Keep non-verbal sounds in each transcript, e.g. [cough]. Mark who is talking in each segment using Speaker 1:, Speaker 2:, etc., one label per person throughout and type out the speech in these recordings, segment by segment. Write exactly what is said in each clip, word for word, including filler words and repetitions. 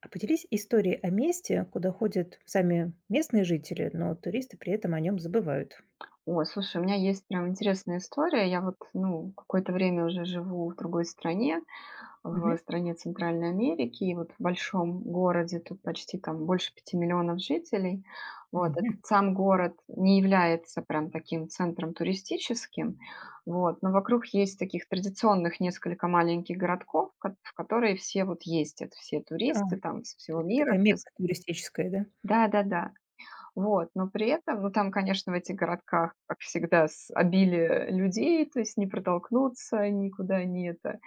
Speaker 1: А поделись историей о месте, куда ходят сами местные жители, но туристы при этом о нем забывают.
Speaker 2: Ой, слушай, у меня есть прям интересная история. Я вот, ну, какое-то время уже живу в другой стране, в
Speaker 1: Мгм.
Speaker 2: стране Центральной Америки, и вот в большом городе, тут почти там больше пяти миллионов жителей. Вот,
Speaker 1: Мгм.
Speaker 2: этот сам город не является прям таким центром туристическим, вот, но вокруг есть таких традиционных несколько маленьких городков, ко- в которые все вот ездят, все
Speaker 1: А, то
Speaker 2: туристы там со всего
Speaker 1: есть это
Speaker 2: мира.
Speaker 1: такая
Speaker 2: все с-
Speaker 1: мекка туристическая, да?
Speaker 2: Да-да-да. Вот, но при этом, ну, там, конечно, в этих городках, как всегда, с обилие людей, то есть не протолкнуться никуда, не это,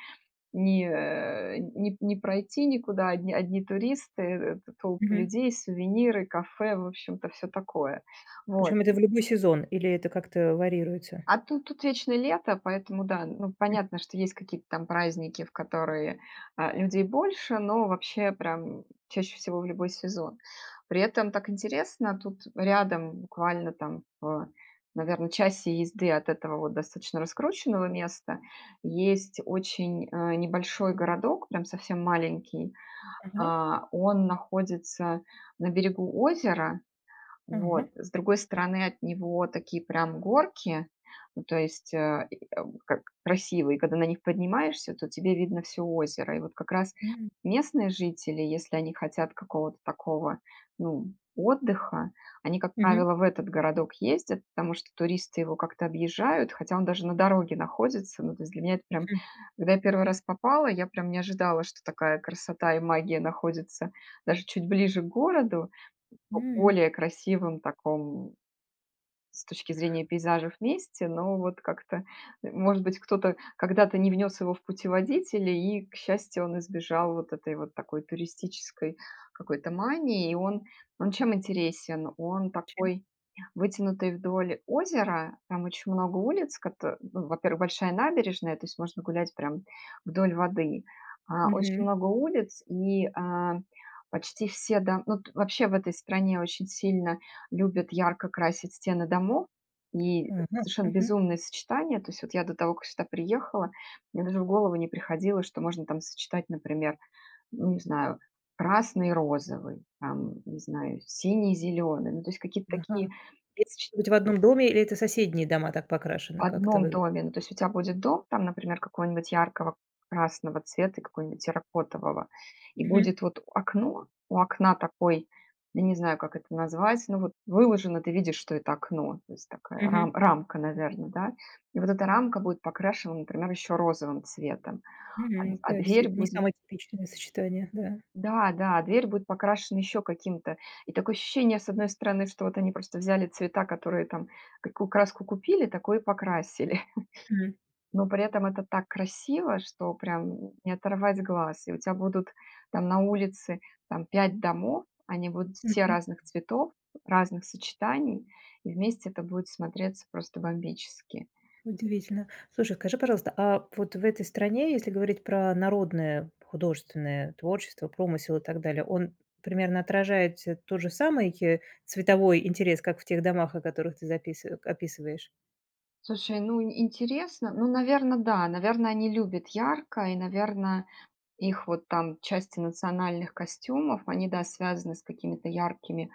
Speaker 2: не, э, не, не пройти никуда, одни, одни туристы, э, толпы
Speaker 1: Мгм.
Speaker 2: людей, сувениры, кафе, в общем-то, все такое. Вот.
Speaker 1: Причем это в любой сезон или это как-то варьируется?
Speaker 2: А тут тут вечное лето, поэтому да, ну, понятно, что есть какие-то там праздники, в которые, а, людей больше, но вообще прям чаще всего в любой сезон. При этом так интересно, тут рядом буквально там в, наверно, часе езды от этого вот достаточно раскрученного места есть очень, э, небольшой городок, прям совсем маленький.
Speaker 1: Ага,
Speaker 2: А, он находится на берегу озера.
Speaker 1: ага.
Speaker 2: Вот. С другой стороны, от него такие прям горки, ну, то есть, э, и, э, как красивые, когда на них поднимаешься, то тебе видно все озеро. И вот как раз
Speaker 1: М.
Speaker 2: местные жители, если они хотят какого-то такого, ну, отдыха, они, как
Speaker 1: Мгм.
Speaker 2: правило, в этот городок ездят, потому что туристы его как-то объезжают, хотя он даже на дороге находится. Ну, то есть для меня это прям
Speaker 1: Хм.
Speaker 2: когда я первый раз попала, я прям не ожидала, что такая красота и магия находится даже чуть ближе к городу в
Speaker 1: М.
Speaker 2: более красивом таком с точки зрения пейзажа вместе, но вот как-то, может быть, кто-то когда-то не внес его в путеводители, и, к счастью, он избежал вот этой вот такой туристической какой-то мании. И он, он чем интересен? Он
Speaker 1: Чем?
Speaker 2: такой вытянутый вдоль озера, там очень много улиц, кото- ну, во-первых, большая набережная, то есть можно гулять прям вдоль воды. А, очень
Speaker 1: Мгм.
Speaker 2: много улиц, и а, почти все, дом- ну, т- вообще в этой стране очень сильно любят ярко красить стены домов, и
Speaker 1: Ага,
Speaker 2: совершенно
Speaker 1: мгм.
Speaker 2: безумные сочетания. То есть вот я до того, как сюда приехала, мне даже в голову не приходило, что можно там сочетать, например, ну, не знаю, красный и розовый, там, не знаю, синий и зеленый. Ну, то есть какие-то
Speaker 1: Ага.
Speaker 2: такие
Speaker 1: И это
Speaker 2: сочетания
Speaker 1: может быть в одном доме или это соседние дома так покрашены, как это
Speaker 2: одном
Speaker 1: выглядит?
Speaker 2: доме. Ну, то есть у тебя будет дом там, например, какого-нибудь яркого красного цвета, и какого-нибудь терракотового, и
Speaker 1: Мгм.
Speaker 2: будет вот окно, у окна такой, я не знаю, как это назвать, ну, вот выложено, ты видишь, что это окно, то есть такая
Speaker 1: Мгм.
Speaker 2: рам рамка, наверное, да. И вот эта рамка будет покрашена, например, еще розовым цветом, а
Speaker 1: Мгм.
Speaker 2: а
Speaker 1: Да,
Speaker 2: дверь
Speaker 1: действительно, не
Speaker 2: будет,
Speaker 1: самое типичное сочетание, да.
Speaker 2: да, да, а дверь будет покрашена еще каким-то. И такое ощущение, с одной стороны, что вот они просто взяли цвета, которые там, какую краску купили, такой и покрасили.
Speaker 1: Мгм.
Speaker 2: Но при этом это так красиво, что прям не оторвать глаз. И у тебя будут там на улице там пять домов, они будут все
Speaker 1: Мгм.
Speaker 2: разных цветов, разных сочетаний, и вместе это будет смотреться просто бомбически.
Speaker 1: Удивительно. Слушай, скажи, пожалуйста, а вот в этой стране, если говорить про народное художественное творчество, промысел и так далее, он примерно отражает, э, тот же самый, э, цветовой интерес, как в тех домах, о которых ты запис э, описываешь?
Speaker 2: Слушай, ну ин интересно. Ну, наверное да, наверное они любят ярко, и, наверное их вот там части национальных костюмов, они, да, связаны с какими-то яркими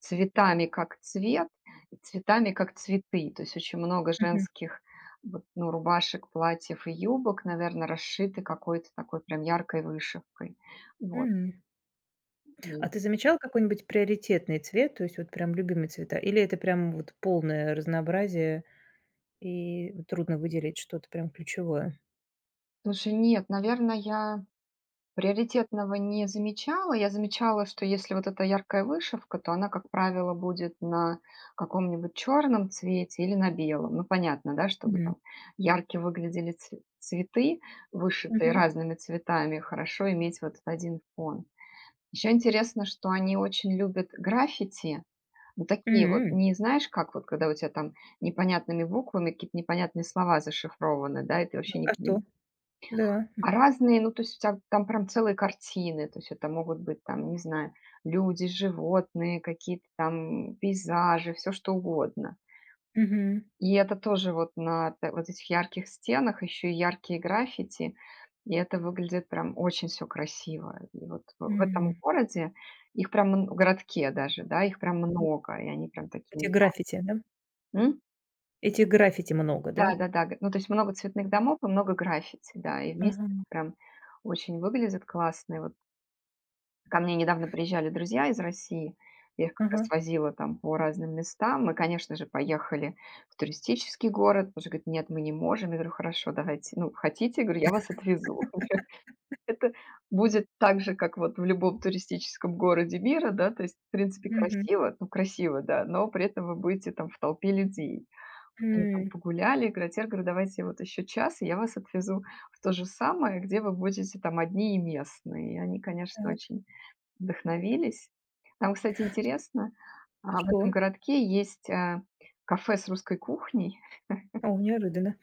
Speaker 2: Цветами как цвет и цветами как цветы. То есть очень много
Speaker 1: Мгм.
Speaker 2: женских вот, ну, рубашек, платьев и юбок, наверное, расшиты какой-то такой прям яркой вышивкой. Вот.
Speaker 1: М. А
Speaker 2: И
Speaker 1: ты замечал какой-нибудь приоритетный цвет, то есть вот прям любимые цвета? Или это прям вот полное разнообразие и трудно выделить что-то прям ключевое?
Speaker 2: слушай, нет, наверное, я Приоритетного не замечала. Я замечала, что если вот эта яркая вышивка, то она, как правило, будет на каком-нибудь черном цвете или на белом. Ну, понятно, да, чтобы
Speaker 1: Мгм.
Speaker 2: там ярко выглядели ц- цветы, вышитые
Speaker 1: Мгм.
Speaker 2: разными цветами. Хорошо иметь вот этот один фон. Еще интересно, что они очень любят граффити. Ну, такие вот,
Speaker 1: М.
Speaker 2: не знаешь, как вот, когда у тебя там непонятными буквами какие-то непонятные слова зашифрованы, да, и ты вообще не,
Speaker 1: А что?
Speaker 2: пони-
Speaker 1: Да.
Speaker 2: а разные, ну, то есть вся, там прям целые картины, то есть это могут быть там, не знаю, люди, животные, какие-то там пейзажи, все что угодно.
Speaker 1: Мгм.
Speaker 2: И это тоже вот на т вот этих ярких стенах еще и яркие граффити, и это выглядит прям очень все красиво. И вот в в этом
Speaker 1: М.
Speaker 2: городе их прям мн в городке даже, да, их прям
Speaker 1: Да.
Speaker 2: много, и они прям
Speaker 1: Этих
Speaker 2: такие.
Speaker 1: граффити, да?
Speaker 2: М?
Speaker 1: Этих граффити много, да?
Speaker 2: Да-да-да, г ну, то есть много цветных домов и много граффити, да, и вместе
Speaker 1: Ага,
Speaker 2: это прям очень выглядит классно. И вот Ко мне недавно приезжали друзья из России. Я их как раз
Speaker 1: ага.
Speaker 2: возила там по разным местам. Мы, конечно же, поехали в туристический город. Тоже говорит: "Нет, мы не можем". Я говорю: "Хорошо, давайте. Ну, хотите?" Говорю: "Я вас отвезу". [laughs] Это будет так же, как вот в любом туристическом городе мира, да, то есть, в принципе,
Speaker 1: Мгм.
Speaker 2: красиво, ну, красиво, да, но при этом вы будете там в толпе людей. Они там
Speaker 1: М.
Speaker 2: погуляли, говорят: "Я говорю, давайте вот еще час, и я вас отвезу в то же самое, где вы будете там одни и местные". И они, конечно,
Speaker 1: Так,
Speaker 2: очень Вдохновились. Там, кстати, интересно, а, в этом
Speaker 1: что?
Speaker 2: городке есть, а, кафе с русской кухней.
Speaker 1: О, неожиданно.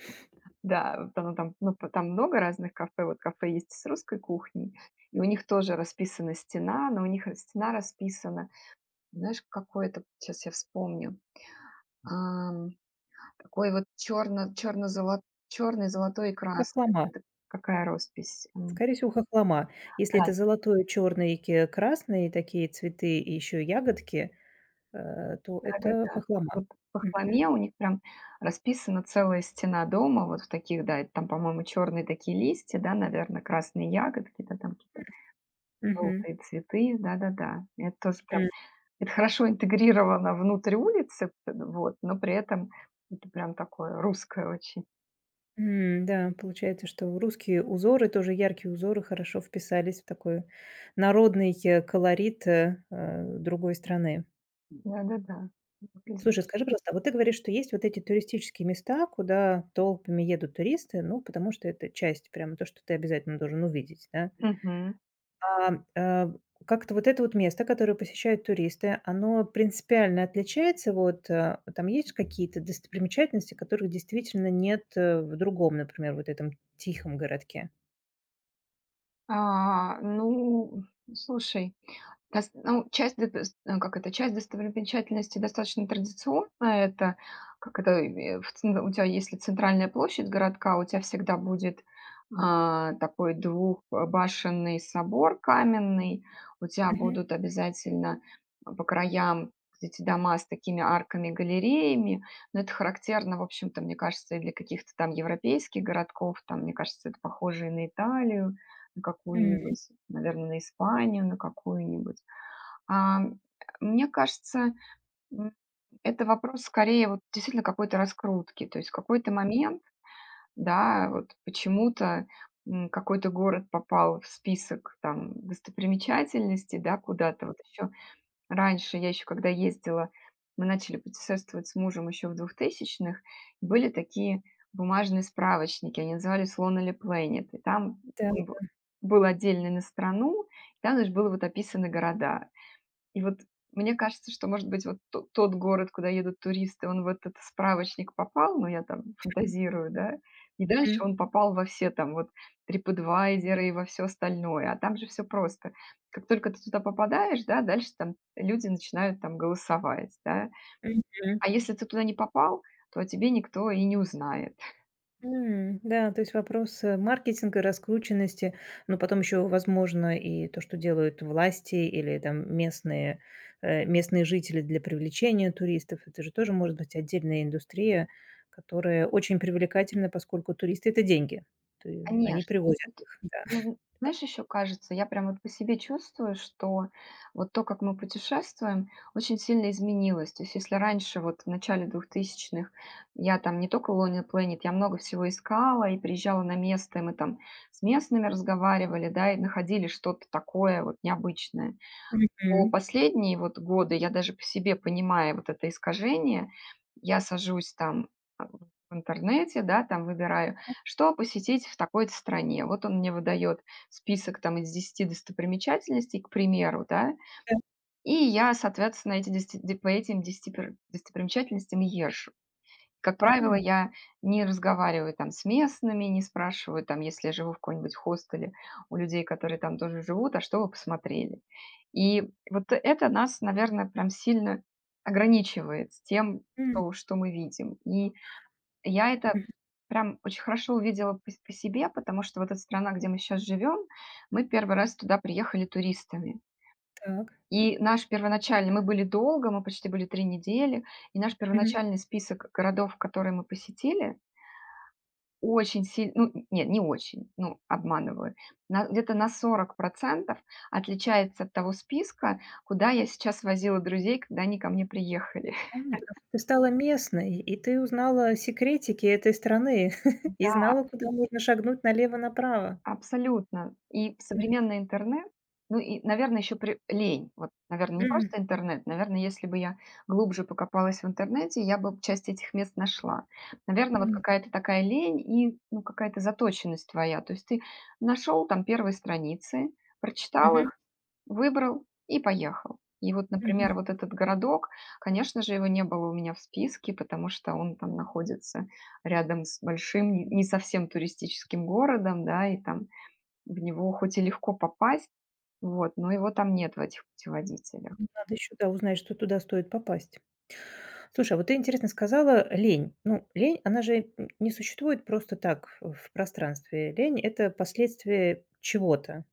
Speaker 2: Да, вот оно там, ну, п там много разных кафе. Вот кафе есть с русской кухней, и у них тоже расписана стена, но у них ра стена расписана. Знаешь, какое это, сейчас я вспомню, ам, такой вот черно черно-золо черный, золотой и красный.
Speaker 1: Хохлома.
Speaker 2: Вот это какая роспись? М,
Speaker 1: Скорее всего, хохлома. Если
Speaker 2: да.
Speaker 1: это золотой, черный и ке красный, такие цветы и еще ягодки, э, то это
Speaker 2: Да-да-да.
Speaker 1: хохлома.
Speaker 2: Вот в
Speaker 1: Мгм.
Speaker 2: Вахламе у них прям расписана целая стена дома вот в таких, да, это там, по-моему, черные такие листья, да, наверное, красные ягодки, да, там какие-то
Speaker 1: Мгм.
Speaker 2: желтые цветы, да-да-да. Это тоже прям
Speaker 1: М.
Speaker 2: это хорошо интегрировано внутрь улицы, п вот, но при этом это прям такое русское очень.
Speaker 1: М, да, получается, что русские узоры, тоже яркие узоры, хорошо вписались в такой народный, э, колорит, э, э, другой страны.
Speaker 2: Да-да-да. Выглядит.
Speaker 1: Слушай, скажи, пожалуйста, а вот ты говоришь, что есть вот эти туристические места, куда толпами едут туристы, ну, потому что это часть, прямо то, что ты обязательно должен увидеть, да?
Speaker 2: Мгм.
Speaker 1: А, а, как-то вот это вот место, которое посещают туристы, оно принципиально отличается? Вот а, там есть какие-то достопримечательности, которых действительно нет э, в другом, например, вот этом тихом городке?
Speaker 2: А, ну, слушай Нас ну, часть дэтес э, как это, часть достопримечательностей достаточно традиционная. Это, как это, э, в цен у тебя если центральная площадь городка, у тебя всегда будет, а, такой двухбашенный собор каменный. У тебя
Speaker 1: Мгм.
Speaker 2: будут обязательно по краям эти дома с такими арками-галереями. Но это характерно, в общем-то, мне кажется, и для каких-то там европейских городков. Там, мне кажется, это похоже и на Италию, на
Speaker 1: М,
Speaker 2: какую-нибудь, наверное, на Испанию, на какую-нибудь. Ам, мне кажется, м, это вопрос скорее вот действительно какой-то раскрутки. То есть в какой-то момент, да, вот почему-то, м, какой-то город попал в список там достопримечательностей, да, куда-то. Вот еще раньше, я еще когда ездила, мы начали путешествовать с мужем еще в двухтысячных, были такие бумажные справочники, они назывались Lonely Planet, и там
Speaker 1: да.
Speaker 2: он б был отдельный на страну, и там даже было вот описаны города. И вот мне кажется, что, может быть, вот то тот город, куда едут туристы, он в этот справочник попал, ну, я там фантазирую, да, и
Speaker 1: Мгм.
Speaker 2: дальше он попал во все там вот TripAdvisor и во все остальное, а там же все просто. Как только ты туда попадаешь, да, дальше там люди начинают там голосовать, да.
Speaker 1: Мгм.
Speaker 2: А если ты туда не попал, то о тебе никто и не узнает.
Speaker 1: М, да, то есть вопрос, э, маркетинга, раскрученности, но потом еще, возможно, и то, что делают власти или там местные, э, местные жители для привлечения туристов. Это же тоже может быть отдельная индустрия, которая очень привлекательна, поскольку туристы- это деньги. То е они
Speaker 2: Конечно, ну
Speaker 1: привозят
Speaker 2: тут
Speaker 1: их, да.
Speaker 2: мне, зн знаешь, еще кажется, я прям вот по себе чувствую, что вот то, как мы путешествуем, очень сильно изменилось. То есть если раньше, вот в начале двухтысячных, я там не только Lonely Planet, я много всего искала и приезжала на место, и мы там с местными разговаривали, да, и находили что-то такое вот необычное, то
Speaker 1: Мгм.
Speaker 2: последние вот годы я даже по себе понимаю вот это искажение. Я сажусь там, а, в интернете, да, там выбираю, что посетить в такой-то стране. Вот он мне выдает список там из десяти достопримечательностей, к примеру, да,
Speaker 1: Да.
Speaker 2: и я, соответственно, эти десять де по этим десяти пр достопримечательностям езжу. Как правило,
Speaker 1: Мгм.
Speaker 2: я не разговариваю там с местными, не спрашиваю там, если я живу в каком-нибудь хостеле, у людей, которые там тоже живут, а что вы посмотрели? И вот это нас, наверное, прям сильно ограничивает с тем,
Speaker 1: М.
Speaker 2: что, что мы видим. И я это
Speaker 1: Мгм.
Speaker 2: прям очень хорошо увидела по, по себе, потому что вот эта страна, где мы сейчас живем, мы первый раз туда приехали туристами.
Speaker 1: Так.
Speaker 2: И наш первоначальный, мы были долго, мы почти были три недели, и наш
Speaker 1: Мгм.
Speaker 2: первоначальный список городов, которые мы посетили, очень сильно, ну, н нет, не очень, ну, обманываю. На где-то на сорок процентов отличается от того списка, куда я сейчас возила друзей, когда они ко мне приехали.
Speaker 1: А, потому что ты стала местной, и ты узнала секретики этой страны [laughs] и знала, куда можно шагнуть налево-направо.
Speaker 2: Абсолютно. И современный интернет, ну и, наверное, еще при лень. Вот, наверное, не
Speaker 1: М,
Speaker 2: просто интернет. Наверное, если бы я глубже покопалась в интернете, я бы часть этих мест нашла. Наверное, вот
Speaker 1: м,
Speaker 2: какая-то такая лень и ну, какая-то заточенность твоя. То есть ты нашел там первые страницы, прочитал
Speaker 1: мгм,
Speaker 2: их, выбрал и поехал. И вот,
Speaker 1: мгм.
Speaker 2: например, вот этот городок, конечно же, его не было у меня в списке, потому что он там находится рядом с большим, не не совсем туристическим городом, да, и там в него хоть и легко попасть, вот, но его там нет в этих путеводителях.
Speaker 1: Надо еще да, узнать, что туда стоит попасть. Слушай, а вот ты интересно сказала лень. Ну, лень, она же н не существует просто так э, в пространстве. Лень- это последствие чего-то.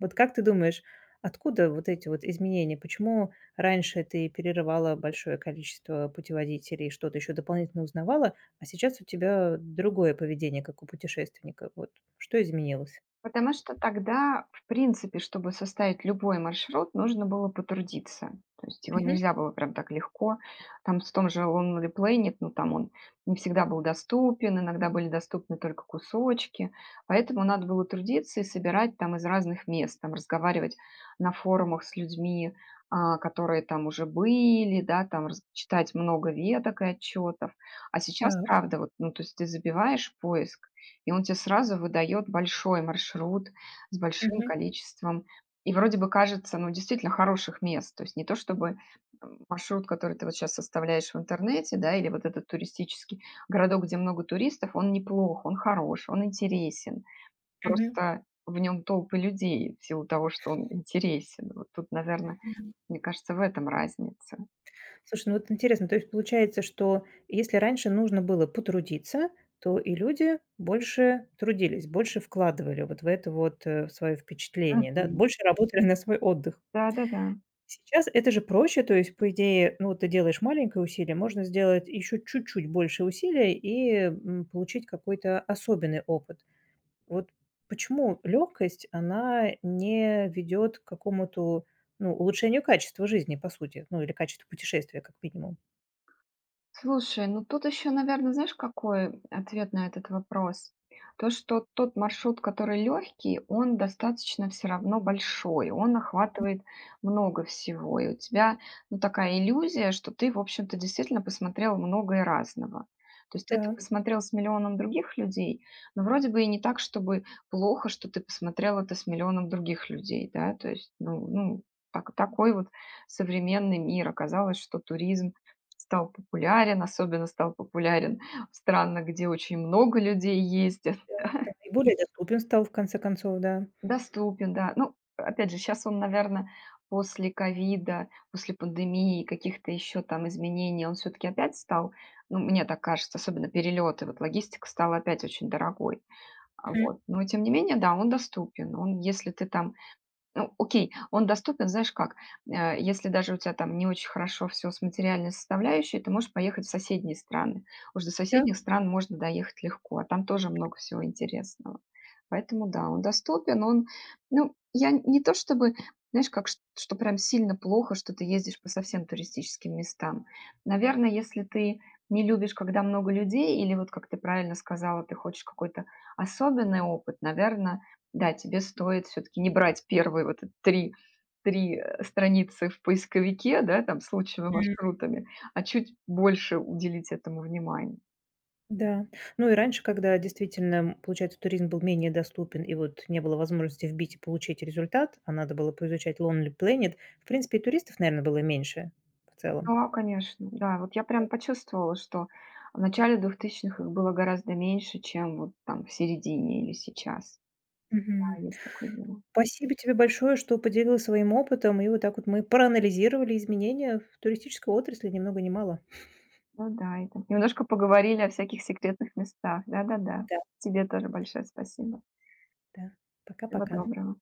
Speaker 1: Вот как ты думаешь, откуда вот эти вот изменения? Почему раньше ты перерывала большое количество путеводителей, что-то еще дополнительно узнавала, а сейчас у тебя другое поведение, как у путешественника? Вот что изменилось?
Speaker 2: Потому что тогда, в принципе, чтобы составить любой маршрут, нужно было потрудиться. То есть его
Speaker 1: Мгм.
Speaker 2: нельзя было прям так легко. Там в том же Lonely Planet, ну там он не всегда был доступен, иногда были доступны только кусочки. Поэтому надо было трудиться и собирать там из разных мест, там разговаривать на форумах с людьми, а, которые там уже были, да, там раз- читать много веток и отчетов. А сейчас,
Speaker 1: Так.
Speaker 2: правда, вот, ну, то есть ты забиваешь поиск, и он тебе сразу выдает большой маршрут с большим количеством и вроде бы кажется, ну, действительно хороших мест. То есть не то чтобы, м, маршрут, который ты вот сейчас составляешь в интернете, да, или вот этот туристический городок, где много туристов, он неплох, он хорош, он интересен.
Speaker 1: Мгм.
Speaker 2: Просто в нем толпы людей в силу того, что он интересен. Вот тут, наверное,
Speaker 1: Мгм.
Speaker 2: мне кажется, в этом разница.
Speaker 1: Слушай, ну вот интересно, то есть получается, что если раньше нужно было потрудиться, то и люди больше трудились, больше вкладывали вот в это вот, э, свое впечатление, да,
Speaker 2: Мгм.
Speaker 1: больше работали на свой отдых.
Speaker 2: Да-да-да.
Speaker 1: Сейчас это же проще, то есть, по идее, ну, вот ты делаешь маленькое усилие, можно сделать еще чуть-чуть больше усилия и, м, получить какой-то особенный опыт. Вот почему легкость, она не ведет к какому-то, ну, улучшению качества жизни, по сути, ну, или качества путешествия, как минимум?
Speaker 2: Слушай, ну тут еще, наверное, знаешь, какой ответ на этот вопрос? То, что тот маршрут, который легкий, он достаточно все равно большой, он охватывает много всего, и у тебя ну, такая иллюзия, что ты, в общем-то, действительно посмотрел многое разного. То есть ты это
Speaker 1: Да,
Speaker 2: посмотрел с миллионом других людей, но вроде бы и не так, чтобы плохо, что ты посмотрел это с миллионом других людей, да, то есть, ну, ну так- такой вот современный мир. Оказалось, что туризм Стал популярен, особенно стал популярен в странах, где очень много людей ездят.
Speaker 1: да, и более доступен стал в конце концов, да.
Speaker 2: Доступен, да. Ну, опять же, сейчас он, наверное, после ковида, после пандемии, каких-то еще там изменений, он все таки опять стал, ну, мне так кажется, особенно перелеты, вот логистика стала опять очень дорогой. А,
Speaker 1: Мгм.
Speaker 2: вот. Но тем не менее, да, он доступен. Он, если ты там. Ну, окей, он доступен, знаешь как, э, если даже у тебя там не очень хорошо все с материальной составляющей, ты можешь поехать в соседние страны. Уж до
Speaker 1: Да.
Speaker 2: соседних стран можно доехать легко, а там тоже много всего интересного. Поэтому да, он доступен, он, ну, я н- не то чтобы, знаешь, как, ш- что прям сильно плохо, что ты ездишь по совсем туристическим местам. Наверное, если ты не любишь, когда много людей, или вот, как ты правильно сказала, ты хочешь какой-то особенный опыт, наверное, да, тебе стоит все таки не брать первые вот эт три 3, э, страницы в поисковике, да, там с лучшими
Speaker 1: М.
Speaker 2: маршрутами, а чуть больше уделить этому внимания.
Speaker 1: Да. Ну и раньше, когда действительно, м, получается, туризм был менее доступен, и вот не было возможности вбить и получить результат, а надо было поизучать Lonely Planet, в принципе, и туристов, наверное, было меньше в целом.
Speaker 2: Да, конечно, да. Вот я прям почувствовала, что в начале двухтысячных их было гораздо меньше, чем вот там в середине или сейчас. Да,
Speaker 1: Мгм.
Speaker 2: есть такое дело.
Speaker 1: Спасибо тебе большое, что поделилась своим опытом, и вот так вот мы проанализировали изменения в туристической отрасли ни много ни мало.
Speaker 2: Ну да, и там немножко поговорили о всяких секретных местах. Да-да-да.
Speaker 1: Да,
Speaker 2: Тебе тоже большое спасибо.
Speaker 1: да.
Speaker 2: Всего
Speaker 1: Пока-пока.
Speaker 2: доброго.